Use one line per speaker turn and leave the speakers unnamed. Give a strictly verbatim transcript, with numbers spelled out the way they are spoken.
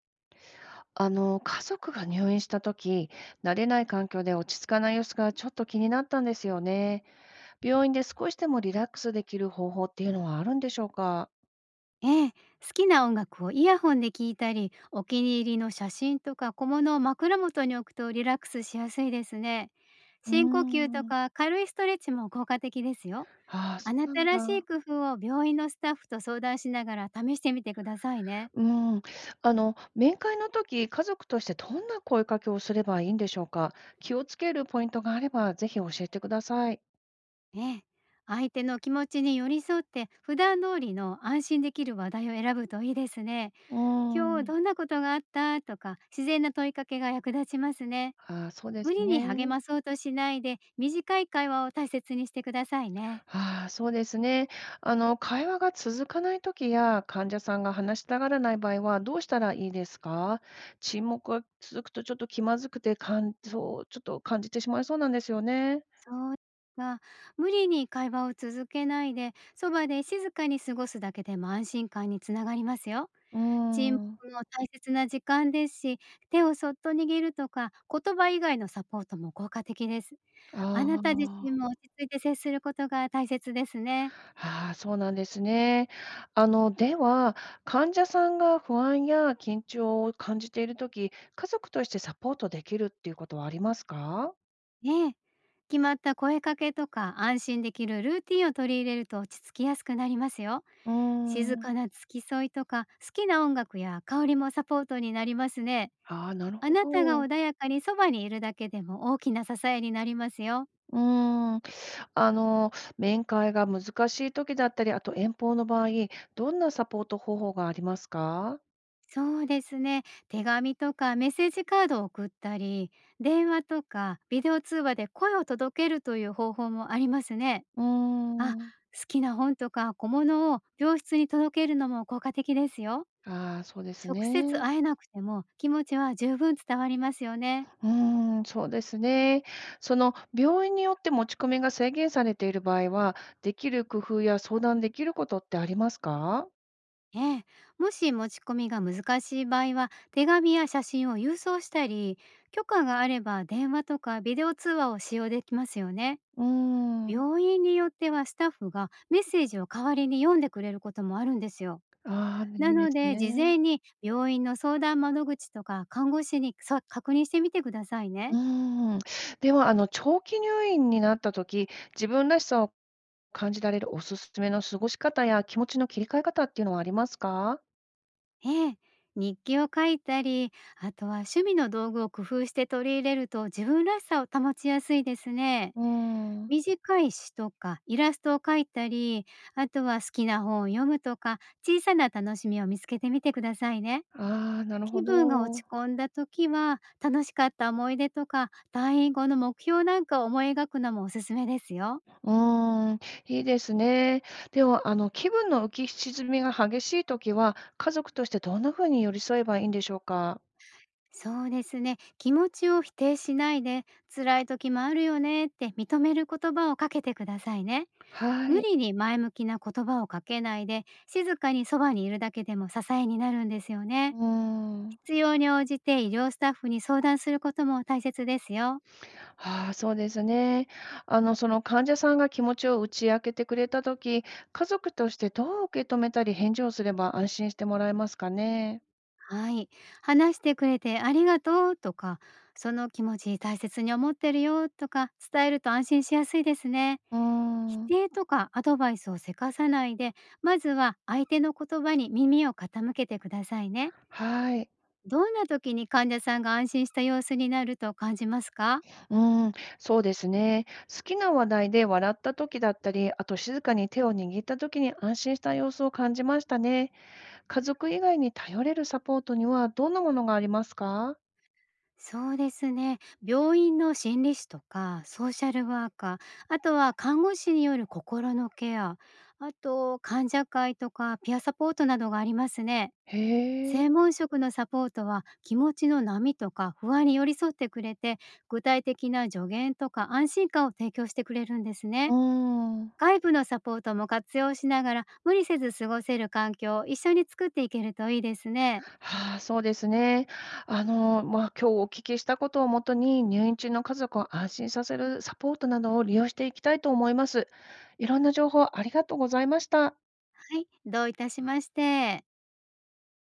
あの、家族が入院した時、慣れない環境で落ち着かない様子がちょっと気になったんですよね。病院で少しでもリラックスできる方法っていうのはあるんでしょうか？
ええ、好きな音楽をイヤホンで聞いたり、お気に入りの写真とか小物を枕元に置くとリラックスしやすいですね。
うー
深呼吸と
ん、
か軽いストレッチも効果的ですよ。
ああ、
あ
そう
な
な
た
ん
らしい
だ。
工夫を病院のスタッフと相談しながら試してみてくださいね。
うーん。あの、面会の時、家族としてどんな声かけをすればいいんでしょうか？気をつけるポイントがあれば、ぜひ教えてください。
ええ、相手の気持ちに寄り添って普段通りの安心できる話題を選ぶといいですね。
うー
今日
ん、
どんなことがあったとか自然な問いかけが役立ちますね。
ああ、そうで
無
す
理に励
ね。
まそうとしないで、短い会話を大切にしてくださいね。
ああ、そうですね。あの、会話が続かないときや、患者さんが話したがらない場合は、どうしたらいいですか？沈黙が続くと、ちょっと気まずくて、感そう、ちょっと感じてしまいそうなんですよね。
そう、が、無理に会話を続けないで、そばで静かに過ごすだけでも安心感につながりますよ。
うー
沈
ん。
黙も大切な時間ですし、手をそっと握るとか、言葉以外のサポートも効果的です。
あ
あなた自身
あ、
も落ち着いて接することが大切ですね。
ああ、そうなんですね。あの、では、患者さんが不安や緊張を感じているとき、家族としてサポートできるっていうことはありますか？
ええ。決まった声かけとか安心できるルーティンを取り入れると落ち着きやすくなりますよ。
う
静
ーん。
かな付き添いとか、好きな音楽や香りもサポートになりますね。
ああ、なる
あなたが
ほど。
穏やかにそばにいるだけでも大きな支えになりますよ。
うーん。あの、面会が難しい時だったり、あと遠方の場合、どんなサポート方法がありますか？
そうですね。手紙とかメッセージカードを送ったり、電話とかビデオ通話で声を届けるという方法もありますね。
うー
あ、
ん。
好きな本とか小物を病室に届けるのも効果的ですよ。
ああ、そうです
直接
ね。
会えなくても気持ちは十分伝わりますよね。
うーん、そうですね。その、病院によって持ち込みが制限されている場合は、できる工夫や相談できることってありますか？
ええ、もし持ち込みが難しい場合は手紙や写真を郵送したり、許可があれば電話とかビデオ通話を使用できますよね。
うーん。
病院によってはスタッフがメッセージを代わりに読んでくれることもあるんですよ。
ああ、ね
な
いいで
の
す
で事
ね。
前に病院の相談窓口とか看護師にさ確認してみてください
う
ね。
ーん。では、あの、長期入院になった時、自分らしさを感じられるおすすめの過ごし方や気持ちの切り替え方っていうのはありますか？
ええ、日記を書いたり、あとは趣味の道具を工夫して取り入れると自分らしさを保ちやすいですね。
うーん。
短い詩とかイラストを描いたり、あとは好きな本を読むとか、小さな楽しみを見つけてみてくださいね。
ああ、なる
気
ほ
分が落ち
ど。
込んだ時は、楽しかった思い出とか、退院後の目標なんかを思い描くのもおすすめですよ。
うーん、いいですね。では、あの、気分の浮き沈みが激しい時は、家族としてどんな風に寄り添えばいいんでしょうか？
そうですね。気持ちを否定しないで、辛い時もあるよねって認める言葉をかけてくださいね。
は
無
い。
理に前向きな言葉をかけないで、静かにそばにいるだけでも支えになるんですよ
う
ね。
ーん。
必要に応じて医療スタッフに相談することも大切ですよ。
ああ、そうですね。あの、その患者さんが気持ちを打ち明けてくれた時、家族としてどう受け止めたり返事をすれば安心してもらえますかね？
はい。話してくれてありがとうとか、その気持ち大切に思ってるよとか伝えると安心しやすいですね。
うー
否
ん、
定とかアドバイスをせかさないで、まずは相手の言葉に耳を傾けてくださいね。
はい。
どんな時に患者さんが安心した様子になると感じますか？
うん、そうですね。好きな話題で笑った時だったり、あと静かに手を握った時に安心した様子を感じましたね。家族以外に頼れるサポートにはどんなものがありますか？
そうですね。病院の心理師とか、ソーシャルワーカー、あとは看護師による心のケア、あと患者会とかピアサポートなどがありますね。
へえ。
専門職のサポートは気持ちの波とか不安に寄り添ってくれて、具体的な助言とか安心感を提供してくれるんです
うー
ね。
ん。
外部のサポートも活用しながら無理せず過ごせる環境を一緒に作っていけるといいですね。
はあ、そうですね。あの、まあ、今日お聞きしたことをもとに、入院中の家族を安心させるサポートなどを利用していきたいと思います。いろんな情報ありがとうございました。
はい、どういたしまして。